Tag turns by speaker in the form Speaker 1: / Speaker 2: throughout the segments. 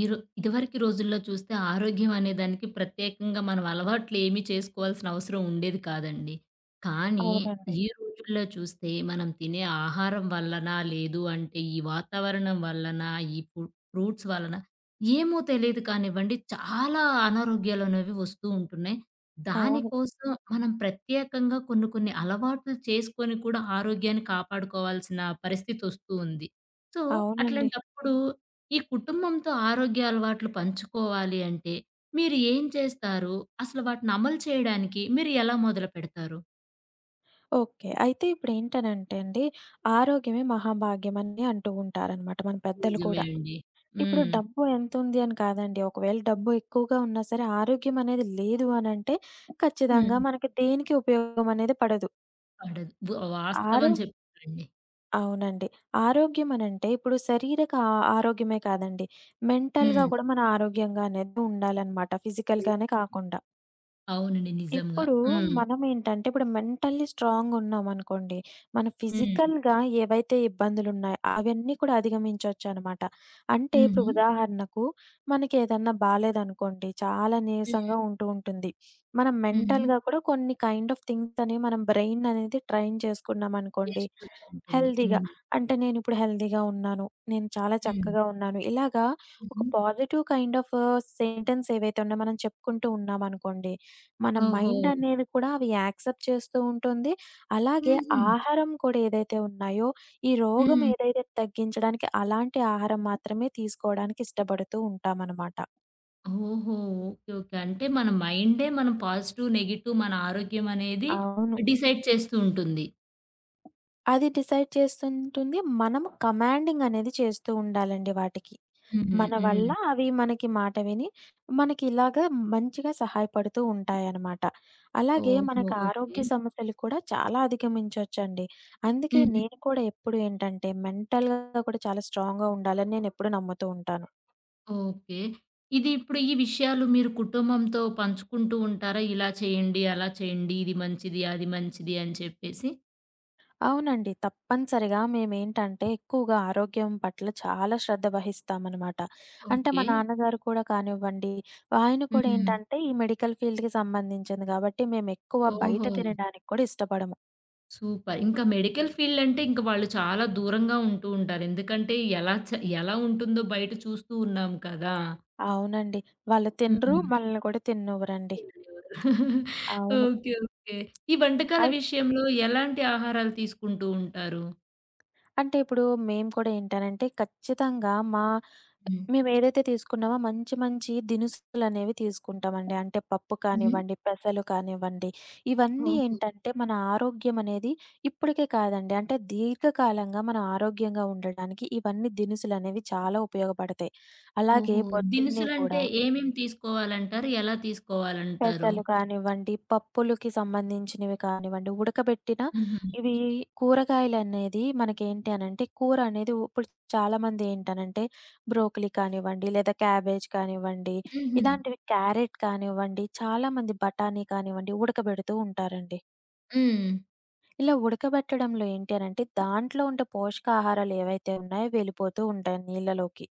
Speaker 1: ఈ రో ఇదివరకు రోజుల్లో చూస్తే ఆరోగ్యం అనే దానికి ప్రత్యేకంగా మనం అలవాట్లు ఏమీ చేసుకోవాల్సిన అవసరం ఉండేది కాదండి. కానీ
Speaker 2: అవునండి.
Speaker 1: ఈ రోజుల్లో చూస్తే మనం తినే ఆహారం వల్లనా, లేదు అంటే ఈ వాతావరణం వల్లనా, ఈ ఫు ఫ్రూట్స్ వలన ఏమో తెలీదు కానివ్వండి, చాలా అనారోగ్యాలనేవి వస్తూ ఉంటున్నాయి.
Speaker 2: అవును.
Speaker 1: దానికోసం మనం ప్రత్యేకంగా కొన్ని కొన్ని అలవాట్లు చేసుకొని కూడా ఆరోగ్యాన్ని కాపాడుకోవాల్సిన పరిస్థితొస్తూ ఉంది. సో,
Speaker 2: అవునండి.
Speaker 1: అట్లాంటప్పుడు ఈ కుటుంబంతో ఆరోగ్య అలవాట్లు పంచుకోవాలి అంటే మీరు ఏం చేస్తారు? అసలు వాటిని అమలు చేయడానికి మీరు ఎలా మొదలుపెడతారు?
Speaker 2: ఓకే. అయితే ఇప్పుడేంటనంటే అండి, ఆరోగ్యమే మహాభాగ్యం అని అంటూ ఉంటారనమాట మన పెద్దలు
Speaker 1: నిజమే
Speaker 2: కూడా.
Speaker 1: అండి.
Speaker 2: ఇప్పుడు
Speaker 1: హ్మ్.
Speaker 2: డబ్బు ఎంతుంది అని కాదండి. ఒకవేళ డబ్బు ఎక్కువగా ఉన్నా సరే ఆరోగ్యం అనేది లేదు అనంటే ఖచ్చితంగా
Speaker 1: హ్మ్.
Speaker 2: మనకి దేనికి ఉపయోగం అనేది పడదు.
Speaker 1: పడదు. వాస్తవం
Speaker 2: ఆరో
Speaker 1: చెప్పారండి.
Speaker 2: అవునండి. ఆరోగ్యం అనంటే ఇప్పుడు శరీరక ఆరోగ్యమే కాదండి. మెంటల్‌గా
Speaker 1: హ్మ్.
Speaker 2: కూడా మన ఆరోగ్యంగా అనేది ఉండాలనమాట. ఫిజికల్‌గానే కాకుండా.
Speaker 1: అవునండి. నిజంగా.
Speaker 2: ఇప్పుడు
Speaker 1: హ్మ్.
Speaker 2: మనమేంటంటే, ఇప్పుడు మెంటల్లీ స్ట్రాంగ్ ఉన్నామనుకోండి, మన
Speaker 1: హ్మ్.
Speaker 2: ఫిజికల్‌గా ఏవైతే ఇబ్బందులున్నాయో, అవన్నీ కూడా అధిగమించొచ్చనమాట. అంటే ఇప్పుడు
Speaker 1: హుహు.
Speaker 2: ఉదాహరణకు, మనకేదన్నా బాలేదనుకోండి, చాలా నీరసంగా ఉంటూ ఉంటుంది. మనం
Speaker 1: హుహు.
Speaker 2: మెంటల్‌గా కూడా కొన్ని కైండ్ ఆఫ్ థింగ్స్ అనేవి మనం బ్రెయిన్ అనేది ట్రైన్ చేసుకున్నామనుకోండి,
Speaker 1: చేస్తూనే ఉంటుంది.
Speaker 2: హెల్తీగా.
Speaker 1: హ్మ్.
Speaker 2: అంటే నేనిప్పుడు హెల్తీగా ఉన్నాను. నేను చాలా
Speaker 1: హ్మ్.
Speaker 2: చక్కగా ఉన్నాను. ఇలాగా ఒక
Speaker 1: హుహు.
Speaker 2: పాజిటివ్ కైండ్ ఆఫ్ సెంటెన్స్ ఏవైతే ఉన్నాయో మనం చెప్పుకుంటూ ఉన్నామనుకోండి, మన
Speaker 1: ఓహో!
Speaker 2: మైండ్ అనేది కూడా అవి యాక్సెప్ట్ చేస్తూ ఉంటుంది. అలాగే
Speaker 1: హుహు.
Speaker 2: ఆహారం కూడా ఏదైతే ఉన్నాయో, ఈ రోగం
Speaker 1: హ్మ్.
Speaker 2: ఏదైతే తగ్గించడానికి అలాంటి ఆహారం మాత్రమే తీసుకోవడానికి ఇష్టపడుతూ ఉంటామనమాట.
Speaker 1: ఓహో! ఓకే. ఓకే. అంటే మన మైండే మనం పాజిటివ్, నెగెటివ్ మన ఆరోగ్యం అనేది
Speaker 2: అవును.
Speaker 1: డిసైడ్ చేస్తూ ఉంటుంది.
Speaker 2: అది డిసైడ్ చేస్తుంటుంది. మనం కమాండింగ్ అనేది చేస్తూ ఉండాలండి వాటికి.
Speaker 1: హుహు.
Speaker 2: మన
Speaker 1: హ్మ్.
Speaker 2: వల్ల అవి మనకి మాట విని, మనకి ఇలాగా మంచిగా సహాయపడుతూ ఉంటాయనమాట. అలాగే
Speaker 1: ఓహో!
Speaker 2: మనకు
Speaker 1: ఓకే.
Speaker 2: ఆరోగ్య సమస్యలు కూడా చాలా అధిగమించొచ్చండి. అందుకే
Speaker 1: హుహు.
Speaker 2: నేను కూడా ఎప్పుడు ఏంటంటే మెంటల్‌గా కూడా చాలా స్ట్రాంగ్‌గా ఉండాలని నేనెప్పుడు నమ్ముతూ ఉంటాను.
Speaker 1: ఓకే. ఇది ఇప్పుడు ఈ విషయాలు మీరు కుటుంబంతో పంచుకుంటూ ఉంటారా? ఇలా చేయండి, అలా చేయండి, ఇది మంచిది, అది మంచిది అని చెప్పేసి.
Speaker 2: అవునండి. తప్పనిసరిగా మేమేంటంటే ఎక్కువగా ఆరోగ్యం పట్ల చాలా శ్రద్ధ వహిస్తామనమాట. అంటే
Speaker 1: ఓకే.
Speaker 2: మా నాన్నగారు కూడా కానివ్వండి, ఆయన కూడా
Speaker 1: హ్మ్.
Speaker 2: ఏంటంటే ఈ మెడికల్ ఫీల్డ్‌కి సంబంధించింది కాబట్టి మేమెక్కువ బయట
Speaker 1: ఓహో!
Speaker 2: తినడానికి కూడా ఇష్టపడము.
Speaker 1: సూపర్. ఇంకా మెడికల్ ఫీల్డ్ అంటే ఇంక వాళ్ళు చాలా దూరంగా ఉంటూ ఉంటారు. ఎందుకంటే ఎలా ఉంటుందో బయట చూస్తూ ఉన్నాం కదా!
Speaker 2: అవునండి. వాళ్ళు తినరు.
Speaker 1: హ్మ్.
Speaker 2: మనల్ని కూడా తిననివ్వరండి.
Speaker 1: తిననివ్వరు.
Speaker 2: అవును.
Speaker 1: ఓకే. ఓకే. ఈ వంటకాల
Speaker 2: అయి
Speaker 1: విషయంలో ఎలాంటి ఆహారాలు తీసుకుంటూ ఉంటారు?
Speaker 2: అంటే ఇప్పుడు మేము కూడా ఏంటనంటే ఖచ్చితంగా
Speaker 1: హ్మ్.
Speaker 2: మేమేదైతే తీసుకున్నామో మంచి మంచి దినుసులనేవి తీసుకుంటామండి. అంటే పప్పు
Speaker 1: హుహు.
Speaker 2: కానివ్వండి, పెసలు కానివ్వండి, ఇవన్నీ
Speaker 1: ఓహో!
Speaker 2: ఏంటంటే మన ఆరోగ్యం అనేది ఇప్పటికే కాదండి. అంటే దీర్ఘకాలంగా మనం ఆరోగ్యంగా ఉండడానికి ఇవన్నీ దినుసులనేవి చాలా ఉపయోగపడతాయి. అలాగే
Speaker 1: ఓహో!
Speaker 2: పొద్దున్నే
Speaker 1: దినుసులంటే
Speaker 2: కూడా
Speaker 1: ఏమేమి తీసుకోవాలంటారు? ఎలా తీసుకోవాలంటారు?
Speaker 2: పెసలు కానివ్వండి, పప్పులకి సంబంధించినవి కానివ్వండి, ఉడకబెట్టిన
Speaker 1: హుహు.
Speaker 2: ఇవి కూరగాయలనేది మనకేంటి అనంటే కూర అనేది ఇప్పుడు చాలామంది ఏంటనంటే బ్రోకలీ కానివ్వండి, లేదా క్యాబేజ్ కానివ్వండి,
Speaker 1: హుహు.
Speaker 2: ఇలాంటివి క్యారెట్ కానివ్వండి, చాలామంది బఠానీ కానివ్వండి ఉడకబెడుతూ ఉంటారండి.
Speaker 1: హ్మ్.
Speaker 2: ఇలా ఉడకబెట్టడంలో ఏంటి అనంటే దాంట్లో ఉండే పోషకాహారాలు ఏవైతే ఉన్నాయో వెళ్ళిపోతూ ఉంటాయి నీళ్ళలోకి.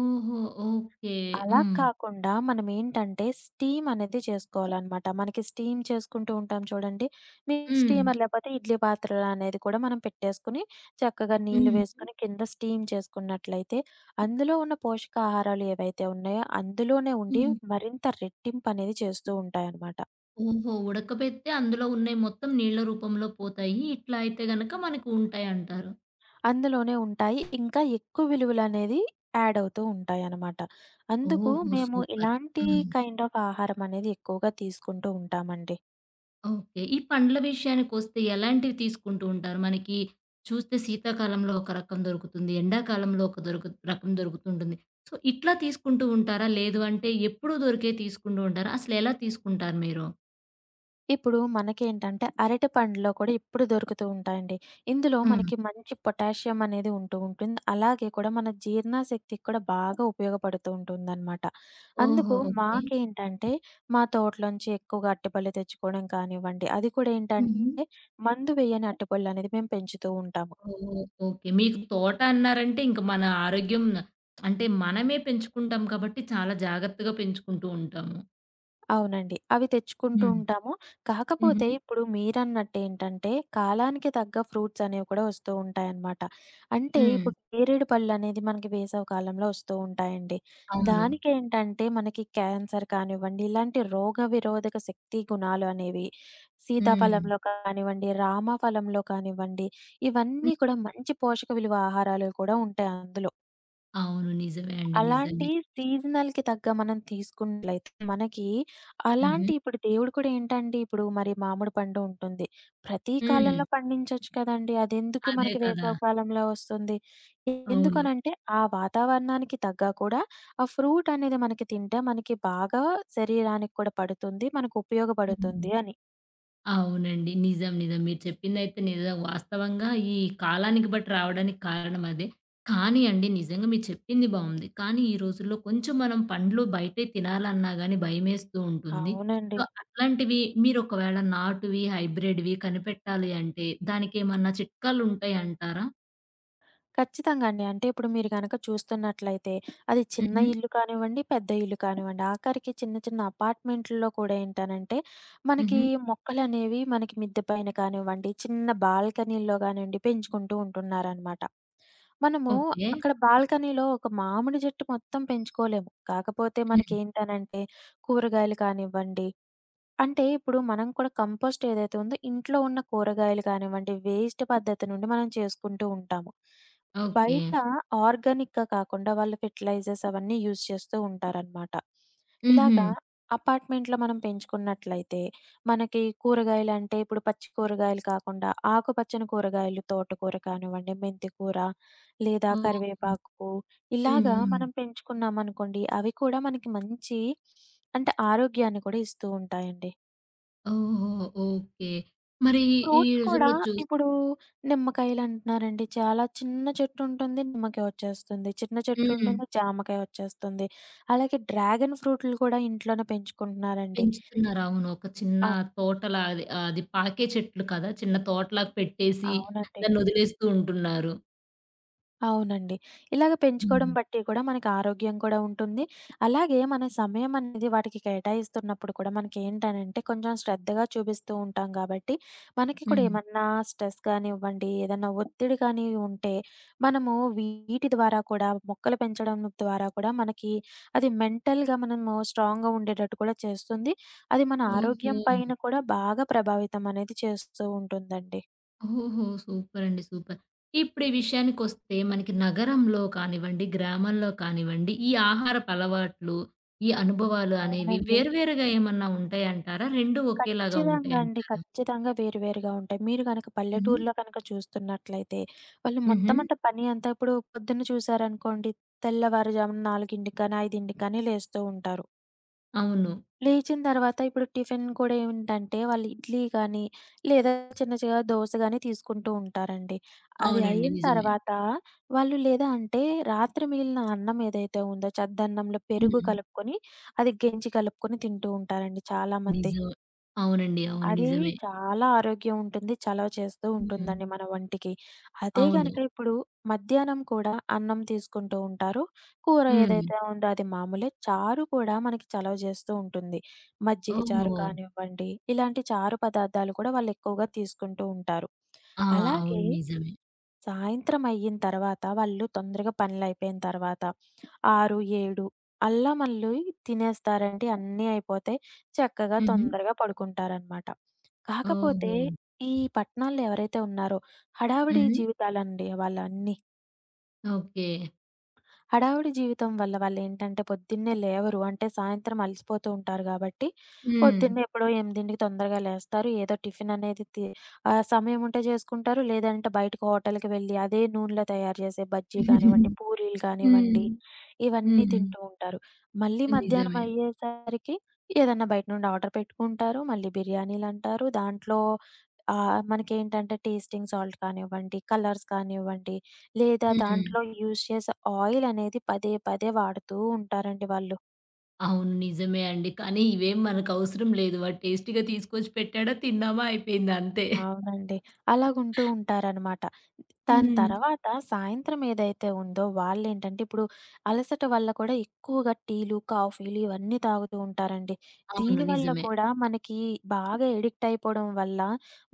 Speaker 1: ఓహో! ఓకే.
Speaker 2: అలా
Speaker 1: హ్మ్.
Speaker 2: కాకుండా మనమేంటంటే స్టీమ్ అనేది చేసుకోవాలనమాట. మనకి స్టీమ్ చేసుకుంటూ ఉంటాం చూడండి. మీకు
Speaker 1: హ్మ్.
Speaker 2: స్టీమర్ లేకపోతే ఇడ్లీ పాత్రలు అనేది కూడా మనం పెట్టేసుకొని, చక్కగా నీళ్లు
Speaker 1: హ్మ్.
Speaker 2: వేసుకొని కింద స్టీమ్ చేసుకున్నట్లయితే, అందులో ఉన్న పోషకాహారాలు ఏవైతే ఉన్నాయో అందులోనే ఉండి
Speaker 1: హ్మ్.
Speaker 2: మరింత రెట్టింపనేది చేస్తూ ఉంటాయనమాట.
Speaker 1: ఓహో! ఉడకబెడితే అందులో ఉన్నయి మొత్తం నీళ్ళ రూపంలో పోతాయి. ఇట్లా అయితే గనక మనకు ఉంటాయంటారు.
Speaker 2: అందులోనే ఉంటాయి. ఇంకా ఎక్కువ విలువలనేది యాడ్ అవుతూ ఉంటాయనమాట. అందుకు
Speaker 1: ఓహో!
Speaker 2: మేము
Speaker 1: సూపర్.
Speaker 2: ఇలాంటి
Speaker 1: హ్మ్.
Speaker 2: కైండ్ ఆఫ్ ఆహారం అనేది ఎక్కువగా తీసుకుంటూ ఉంటామండి.
Speaker 1: ఓకే. ఈ పండ్ల విషయానికొస్తే ఎలాంటివి తీసుకుంటూ ఉంటారు? మనకి చూస్తే శీతాకాలంలో ఒక రకం దొరుకుతుంది. ఎండాకాలంలో ఒక రకం దొరుకుతుంటుంది. సో, ఇట్లా తీసుకుంటూ ఉంటారా? లేదు అంటే ఎప్పుడూ దొరికేయి తీసుకుంటూ ఉంటారా? అసలెలా తీసుకుంటారు మీరు?
Speaker 2: ఇప్పుడు మనకేంటంటే అరటి పండ్లో కూడా ఇప్పుడు దొరుకుతూ ఉంటాయండి. ఇందులో
Speaker 1: ఆ!
Speaker 2: మనకి మంచి పొటాషియం అనేది ఉంటూ ఉంటుంది. అలాగే కూడా మన జీర్ణశక్తికి కూడా బాగా ఉపయోగపడుతూ ఉంటుందనమాట.
Speaker 1: ఓహో!
Speaker 2: అందుకు
Speaker 1: ఓకే.
Speaker 2: మాకేంటంటే మా తోటలోంచి ఎక్కువగా అరటిపళ్ళు తెచ్చుకోవడం కానివ్వండి, అది కూడా ఏంటంటే
Speaker 1: హుహు.
Speaker 2: మందు వేయని అరటిపళ్ళు అనేది మేము పెంచుతూ ఉంటాము.
Speaker 1: ఓహ్! ఓకే. మీకు తోట అన్నారంటే ఇంక మన ఆరోగ్యం అంటే మనమే పెంచుకుంటాం కాబట్టి చాలా జాగ్రత్తగా పెంచుకుంటూ ఉంటాము.
Speaker 2: అవునండి. అవి తెచ్చుకుంటూ
Speaker 1: హ్మ్.
Speaker 2: ఉంటాము. కాకపోతే
Speaker 1: హుహు.
Speaker 2: ఇప్పుడు మీరన్నట్టేంటంటే, కాలానికి తగ్గ ఫ్రూట్స్ అనేవి కూడా వస్తూ ఉంటాయన్నమాట. అంటే
Speaker 1: హ్మ్.
Speaker 2: ఇప్పుడు నేరేడు పళ్ళనేది మనకి వేసవి కాలంలో వస్తూ ఉంటాయండి.
Speaker 1: అవును.
Speaker 2: దానికేంటంటే మనకి క్యాన్సర్ కానివ్వండి, ఇలాంటి రోగ విరోధక శక్తి గుణాలు అనేవి
Speaker 1: హ్మ్.
Speaker 2: సీతాఫలంలో కానివ్వండి, రామఫలంలో కానివ్వండి,
Speaker 1: హ్మ్.
Speaker 2: ఇవన్నీ కూడా మంచి పోషక విలువ ఆహారాలు కూడా ఉంటాయి అందులో.
Speaker 1: అవును. నిజమే అండి.
Speaker 2: అలాంటి
Speaker 1: నిజమే.
Speaker 2: సీజనల్‌కి తగ్గ మనం తీసుకున్నట్లయితే మనకి
Speaker 1: హుహు.
Speaker 2: అలాంటి ఇప్పుడు దేవుడు కూడా ఏంటండి, ఇప్పుడు మరి మామిడి పండు ఉంటుంది. ప్రతి
Speaker 1: హ్మ్.
Speaker 2: కాలంలో పండించొచ్చు కదండీ! అదెందుకు
Speaker 1: అదే
Speaker 2: మనకి
Speaker 1: కదా!
Speaker 2: వేసవి కాలంలో వస్తుంది?
Speaker 1: అవును.
Speaker 2: ఎందుకనంటే ఆ వాతావరణానికి తగ్గ కూడా ఆ ఫ్రూట్ అనేది మనకి తింటే మనకి బాగా శరీరానికి కూడా పడుతుంది. మనకు
Speaker 1: హ్మ్.
Speaker 2: ఉపయోగపడుతుంది అని.
Speaker 1: అవునండి. నిజం. నిజం. మీరు చెప్పిందైతే నిజం. వాస్తవంగా ఈ కాలానికి బట్టి రావడానికి కారణం అదే. కానీ అండి, నిజంగా మీరు చెప్పింది బావుంది. కానీ ఈ రోజుల్లో కొంచెం మనం పండ్లు బయటే తినాలన్నా గాని భయమేస్తూ ఉంటుంది. సో,
Speaker 2: అవునండి.
Speaker 1: అట్లాంటివి మీరు ఒకవేళ నాటువి, హైబ్రిడ్‌వి కనిపెట్టాలి అంటే దానికేమన్నా చిట్కాలు ఉంటాయంటారా?
Speaker 2: ఖచ్చితంగా అండి. అంటే ఇప్పుడు మీరు గనక చూస్తున్నట్లయితే అది చిన్న
Speaker 1: హుహు.
Speaker 2: ఇల్లు కానివ్వండి, పెద్ద ఇల్లు కానివ్వండి, ఆఖరికి చిన్న చిన్న అపార్ట్‌మెంట్‌ల్లో కూడా ఏంటనంటే మనకి
Speaker 1: హుహు.
Speaker 2: మొక్కలనేవి మనకి మిద్దె పైన కానివ్వండి, చిన్న బాల్కనీల్లో గానివ్వండి పెంచుకుంటూ ఉంటున్నారనమాట. మనము
Speaker 1: ఓకే.
Speaker 2: అక్కడ బాల్కనీలో ఒక మామిడి చెట్టు మొత్తం పెంచుకోలేము. కాకపోతే
Speaker 1: హ్మ్.
Speaker 2: మనకేంటనంటే కూరగాయలు కానివ్వండి, అంటే ఇప్పుడు మనం కూడా కంపోస్ట్ ఏదైతే ఉందో ఇంట్లో ఉన్న కూరగాయలు కానివ్వండి, వేస్ట్ పద్ధతి నుండి మనం చేసుకుంటూ ఉంటాము.
Speaker 1: ఓకే.
Speaker 2: బయట ఆర్గానిక్‌గా కాకుండా వాళ్ళు ఫెర్టిలైజర్స్ అవన్నీ యూజ్ చేస్తూ ఉంటారనమాట.
Speaker 1: హుహు.
Speaker 2: ఇలాగా అపార్ట్మెంట్‌లో మనం పెంచుకున్నట్లయితే మనకి కూరగాయలంటే ఇప్పుడు పచ్చి కూరగాయలు కాకుండా ఆకుపచ్చని కూరగాయలు తోటకూర కానివ్వండి, మెంతి కూర లేదా
Speaker 1: ఓహ్! హ్మ్.
Speaker 2: కరివేపాకు
Speaker 1: హ్మ్.
Speaker 2: ఇలాగా
Speaker 1: హ్మ్.
Speaker 2: మనం పెంచుకున్నామనుకోండి అవి కూడా మనకి మంచి అంటే ఆరోగ్యాన్ని కూడా ఇస్తూ ఉంటాయండి.
Speaker 1: ఓహో! ఓకే. మరి ఈ
Speaker 2: ఫ్రూట్స్ కూడా
Speaker 1: రోజుల్లో
Speaker 2: ఇప్పుడు నిమ్మకాయలంటున్నారండి. చాలా చిన్న చెట్టు ఉంటుంది నిమ్మకాయ వచ్చేస్తుంది. చిన్న చెట్టు
Speaker 1: హ్మ్.
Speaker 2: ఉంటుంది జామకాయ వచ్చేస్తుంది. అలాగే డ్రాగన్ ఫ్రూట్లు కూడా ఇంట్లోనే పెంచుకుంటున్నారండి.
Speaker 1: పెంచుతున్నారు. అవును. ఒక చిన్న
Speaker 2: అవ్
Speaker 1: తోటలా అది అది పాకే చెట్లు కదా! చిన్న తోటలాగా పెట్టేసి
Speaker 2: అవునండి.
Speaker 1: దాన్నొదిలేస్తూ ఉంటున్నారు.
Speaker 2: అవునండి. ఇలాగ పెంచుకోవడం
Speaker 1: హ్మ్.
Speaker 2: బట్టి కూడా మనకి ఆరోగ్యం కూడా ఉంటుంది. అలాగే మన సమయం అనేది వాటికి కేటాయిస్తున్నప్పుడు కూడా మనకేంటనంటే కొంచెం శ్రద్ధగా చూపిస్తూ ఉంటాం కాబట్టి, మనకి కూడా
Speaker 1: హ్మ్.
Speaker 2: ఏమన్నా స్ట్రెస్ కానివ్వండి, ఏదన్నా ఒత్తిడి కానీ ఉంటే మనము వీటి ద్వారా కూడా మొక్కలు పెంచడం ద్వారా కూడా మనకి అది మెంటల్‌గా మనము స్ట్రాంగ్‌గా ఉండేటట్టు కూడా చేస్తుంది. అది మన
Speaker 1: ఓహో!
Speaker 2: ఆరోగ్యం పైన కూడా బాగా ప్రభావితం అనేది చేస్తూ ఉంటుందండి.
Speaker 1: ఓహో! సూపర్ అండి. సూపర్. ఇప్పుడు ఈ విషయానికొస్తే మనకి నగరంలో కానివ్వండి, గ్రామాల్లో కానివ్వండి, ఈ ఆహారపు అలవాట్లు, ఈ అనుభవాలు అనేవి
Speaker 2: అవునండి.
Speaker 1: వేరువేరుగా ఏమన్నా ఉంటాయంటారా? 2 ఒకేలాగా
Speaker 2: ఖచ్చితంగా అండి.
Speaker 1: ఉంటాయంటారా?
Speaker 2: ఖచ్చితంగా వేరు వేరుగా ఉంటాయి. మీరు గనక
Speaker 1: హుహు.
Speaker 2: పల్లెటూరులో కనుక చూస్తున్నట్లయితే, వాళ్ళు
Speaker 1: హుహు.
Speaker 2: మొత్తం అంటే పని అంతా ఇప్పుడు పొద్దున్న చూసారనుకోండి, తెల్లవారుజామున 4కి గాని, 5కి గాని లేస్తూ ఉంటారు.
Speaker 1: అవును.
Speaker 2: లేచిన తర్వాత ఇప్పుడు టిఫిన్ కూడా ఏంటంటే, వాళ్ళు ఇడ్లీ గాని, లేదా చిన్న చిన్న దోస గాని తీసుకుంటూ ఉంటారండి. అది
Speaker 1: అవునండి.
Speaker 2: అయిన
Speaker 1: నిజమే.
Speaker 2: తర్వాత వాళ్ళు లేదా అంటే రాత్రి మిగిలిన అన్నం ఏదైతే ఉందో, చద్దన్నంలో పెరుగు
Speaker 1: హ్మ్.
Speaker 2: కలుపుకొని, అది గెంజి కలుపుకొని తింటూ ఉంటారండి చాలామంది.
Speaker 1: నిజం. అవునండి. అవును.
Speaker 2: అది
Speaker 1: నిజమే.
Speaker 2: చాలా ఆరోగ్యం ఉంటుంది. చలవ చేస్తూ
Speaker 1: హ్మ్.
Speaker 2: ఉంటుందండి మన ఒంటికి. అదే
Speaker 1: అవును.
Speaker 2: గనక ఇప్పుడు మధ్యాహ్నం కూడా అన్నం తీసుకుంటూ ఉంటారు. కూర
Speaker 1: హ్మ్.
Speaker 2: ఏదైతే ఉందో అది మామూలే. చారు కూడా మనకి చలవ చేస్తూ ఉంటుంది. మజ్జిగ
Speaker 1: ఓహో!
Speaker 2: చారు కానివ్వండి, ఇలాంటి చారు పదార్థాలు కూడా వాళ్ళెక్కువగా తీసుకుంటూ ఉంటారు.
Speaker 1: ఆ! అవును.
Speaker 2: అలాగే
Speaker 1: నిజమే.
Speaker 2: సాయంత్రం అయిన తర్వాత వాళ్ళు తొందరగా పనులయిపోయిన తర్వాత 6, 7 అల్లా మళ్ళీ తినేస్తారండి. అన్నీ అయిపోతాయి. చక్కగా
Speaker 1: హుహు.
Speaker 2: తొందరగా పడుకుంటారనమాట. కాకపోతే
Speaker 1: ఓహో!
Speaker 2: ఈ పట్టణాల్లో ఎవరైతే ఉన్నారో హడావిడి
Speaker 1: హ్మ్.
Speaker 2: జీవితాలండి వాళ్ళన్నీ.
Speaker 1: ఓకే.
Speaker 2: హడావుడి జీవితం వల్ల వాళ్ళేంటంటే పొద్దున్నే లేవరు. అంటే సాయంత్రం అలసిపోతూ ఉంటారు గాబట్టి,
Speaker 1: హ్మ్.
Speaker 2: పొద్దున్నే ఎప్పుడో 8కి తొందరగా లేస్తారు. ఏదో టిఫిన్ అనేది సమయం ఉంటే జేసుకుంటారు. లేదంటే బయటకి హోటల్‌కి వెళ్ళి అదే నూనెలో తయారు చేసే బజ్జీ కానివ్వండి, పూరీలు
Speaker 1: హ్మ్.
Speaker 2: కానివ్వండి, ఇవన్నీ
Speaker 1: హ్మ్.
Speaker 2: తింటూ ఉంటారు. మళ్ళీ మధ్యాహ్నం
Speaker 1: నిజమే.
Speaker 2: అయ్యేసరికి ఏదన్నా బయట నుండి ఆర్డర్ పెట్టుకుంటారు. మళ్ళీ బిర్యానీలంటారు. దాంట్లో మనకేంటంటే టేస్టింగ్ సాల్ట్ కానివ్వండి, కలర్స్ కానివ్వండి లేదా
Speaker 1: హ్మ్.
Speaker 2: దాంట్లో యూజ్ చేసే ఆయిల్ అనేది పదే పదే వాడుతూ ఉంటారండి వాళ్ళు.
Speaker 1: అవును. నిజమే అండి. కానీ ఇవేం మనకవసరం లేదు. వాడు టేస్టీగా తీసుకొచ్చి పెట్టాడా, తిన్నామా, అయిపోయింది అంతే.
Speaker 2: అవునండి. అలాగుంటూ ఉంటారనమాట. దాని హ్మ్.
Speaker 1: హ్మ్.
Speaker 2: తర్వాత సాయంత్రం ఏదైతే ఉందో వాళ్ళేంటంటే, ఇప్పుడు అలసట వల్ల కూడా ఎక్కువగా టీలు, కాఫీలు ఇవన్నీ తాగుతూ ఉంటారండి.
Speaker 1: అవును.
Speaker 2: దీనివల్ల
Speaker 1: నిజమే.
Speaker 2: కూడా మనకి బాగా ఎడిక్ట్ అయిపోవడం వల్ల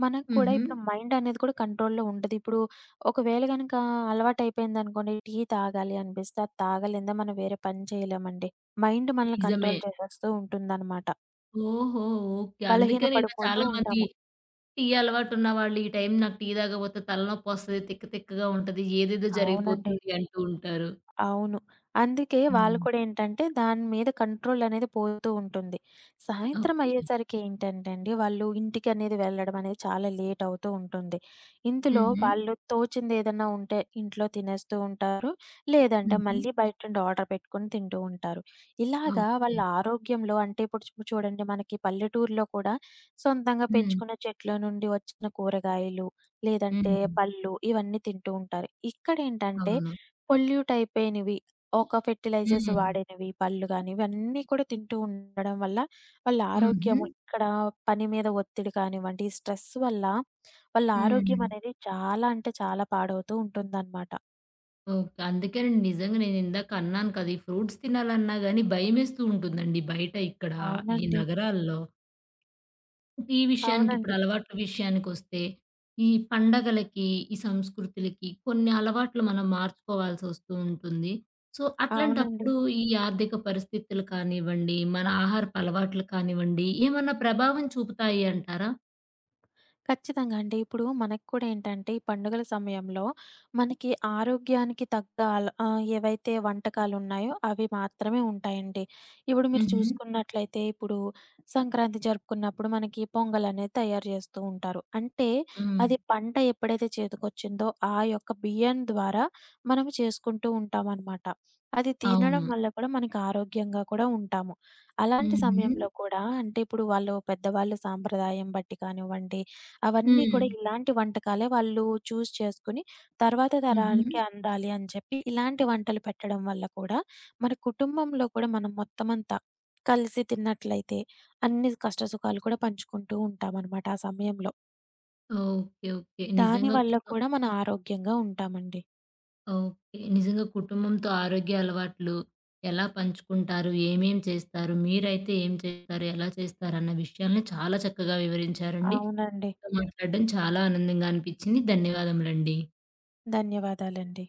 Speaker 2: మనకు కూడా
Speaker 1: హుహు.
Speaker 2: ఇప్పుడు మైండ్ అనేది కూడా కంట్రోల్‌లో ఉండదు. ఇప్పుడు ఒకవేళ గనక అలవాటయిపోయిందనుకోండి, టీ తాగాలి అనిపిస్తే అది తాగలేందే మనం వేరే పని చేయలేమండి. మైండ్ మనల్ని
Speaker 1: నిజమే.
Speaker 2: కంట్రోల్ చేసేస్తూ ఉంటుందనమాట.
Speaker 1: ఓహో! ఓకే.
Speaker 2: బలహీన
Speaker 1: అందుకనే ఇలా
Speaker 2: పడిపోతూ
Speaker 1: చాలా మంది
Speaker 2: ఉంటాము.
Speaker 1: టీ అలవాటున్న వాళ్ళు, "ఈ టైం నాకు టీ తాగకపోతే తలనొప్పొస్తది, తిక్క తిక్కగా ఉంటది, ఏదేదో
Speaker 2: అవునండి.
Speaker 1: జరిగిపోతుంది" అంటూ ఉంటారు.
Speaker 2: అవును. అందుకే వాళ్ళు
Speaker 1: హ్మ్.
Speaker 2: కూడా ఏంటంటే, దాని మీద కంట్రోల్ అనేది పోతూ ఉంటుంది. సాయంత్రం
Speaker 1: ఓకే.
Speaker 2: అయ్యేసరికి ఏంటంటే అండి, వాళ్ళు ఇంటికనేది వెళ్ళడం అనేది చాలా లేట్ అవుతూ ఉంటుంది. ఇందులో
Speaker 1: హుహు.
Speaker 2: వాళ్ళు తోచింది ఏదన్నా ఉంటే ఇంట్లో తినేస్తూ ఉంటారు. లేదంటే
Speaker 1: హుహు.
Speaker 2: మళ్ళీ బయట నుండి ఆర్డర్ పెట్టుకొని తింటూ ఉంటారు. ఇలాగా
Speaker 1: ఓకే.
Speaker 2: వాళ్ళ ఆరోగ్యంలో అంటే ఇప్పుడు చూడండి మనకి పల్లెటూరులో కూడా సొంతంగా
Speaker 1: హ్మ్.
Speaker 2: పెంచుకున్న చెట్ల నుండి వచ్చిన కూరగాయలు, లేదంటే
Speaker 1: హ్మ్.
Speaker 2: పళ్ళు ఇవన్నీ తింటూ ఉంటారు. ఇక్కడేంటంటే
Speaker 1: అవును.
Speaker 2: పొల్యూట్ అయిపోయినవి. ఒక ఫెర్టిలైజర్స్
Speaker 1: హ్మ్.
Speaker 2: వాడినవి పళ్ళు గాని, ఇవన్నీ కూడా తింటూ ఉండడం వల్ల వాళ్ళ
Speaker 1: హుహు.
Speaker 2: ఆరోగ్యము ఇక్కడ పని మీద ఒత్తిడి కానివ్వండి, ఈ స్ట్రెస్ వల్ల వాళ్ళ ఆరోగ్యం
Speaker 1: హ్మ్.
Speaker 2: అనేది చాలా అంటే చాలా పాడవుతూ ఉంటుందన్నమాట.
Speaker 1: ఓకే. అందుకేనండి, నిజంగా నేనిందాక అన్నాను కదా! ఈ ఫ్రూట్స్ తినాలన్నా గాని భయమేస్తూ ఉంటుందండి బయట ఇక్కడ ఈ
Speaker 2: అవునండి.
Speaker 1: నగరాల్లో. ఈ విషయానికి ఇప్పుడు
Speaker 2: అవునండి.
Speaker 1: అలవాట్ల విషయానికొస్తే, ఈ పండగలకి, ఈ సంస్కృతులకి కొన్ని అలవాట్లు మనం మార్చుకోవాల్సొస్తూ ఉంటుంది. సో,
Speaker 2: అవునండి.
Speaker 1: అట్లాంటప్పుడు ఈ ఆర్థిక పరిస్థితులు కానివ్వండి, మన ఆహారపు అలవాట్లు కానివ్వండి, ఏమన్నా ప్రభావం చూపుతాయి అంటారా?
Speaker 2: ఖచ్చితంగా అండి. ఇప్పుడు మనకు కూడా ఏంటంటే, ఈ పండుగల సమయంలో మనకి ఆరోగ్యానికి తగ్గ ఏవైతే వంటకాలున్నాయో అవి మాత్రమే ఉంటాయండి. ఇప్పుడు మీరు
Speaker 1: హుహు.
Speaker 2: చూసుకున్నట్లయితే ఇప్పుడు సంక్రాంతి జరుపుకున్నప్పుడు మనకి పొంగలనేది తయారు చేస్తూ ఉంటారు. అంటే
Speaker 1: హ్మ్.
Speaker 2: అది పంట ఎప్పుడైతే చేతికొచ్చిందో ఆ యొక్క బియ్యం ద్వారా మనం చేసుకుంటూ ఉంటామనమాట. అది తినడం
Speaker 1: అవును.
Speaker 2: వల్ల కూడా మనకి ఆరోగ్యంగా కూడా ఉంటాము. అలాంటి
Speaker 1: హుహు.
Speaker 2: సమయంలో కూడా అంటే ఇప్పుడు వాళ్ళు పెద్దవాళ్ళు సాంప్రదాయం బట్టి కానివ్వండి అవన్నీ
Speaker 1: హ్మ్.
Speaker 2: కూడా ఇలాంటి వంటకాలే వాళ్ళు చూజ్ చేసుకొని తర్వాత
Speaker 1: హుహు.
Speaker 2: తరాలకి అందాలి అని చెప్పి ఇలాంటి వంటలు పెట్టడం వల్ల కూడా మన కుటుంబంలో కూడా మనం మొత్తం అంతా కలిసి తిన్నట్లయితే అన్ని కష్ట సుఖాలు కూడా పంచుకుంటూ ఉంటామన్నమాట ఆ సమయంలో.
Speaker 1: ఓకే. ఓకే.
Speaker 2: దాని
Speaker 1: నిజంగా
Speaker 2: వల్ల కూడా మనం ఆరోగ్యంగా ఉంటామండి.
Speaker 1: ఓకే. నిజంగా కుటుంబంతో ఆరోగ్య అలవాట్లు ఎలా పంచుకుంటారు? ఏమేం చేస్తారు? మీరైతే ఏం చేస్తారు? ఎలా చేస్తారన్న విషయాల్ని చాలా చక్కగా వివరించారండి.
Speaker 2: అవునండి.
Speaker 1: మీతో మాట్లాడడం చాలా ఆనందంగా అనిపించింది. ధన్యవాదములండి.
Speaker 2: ధన్యవాదాలండి.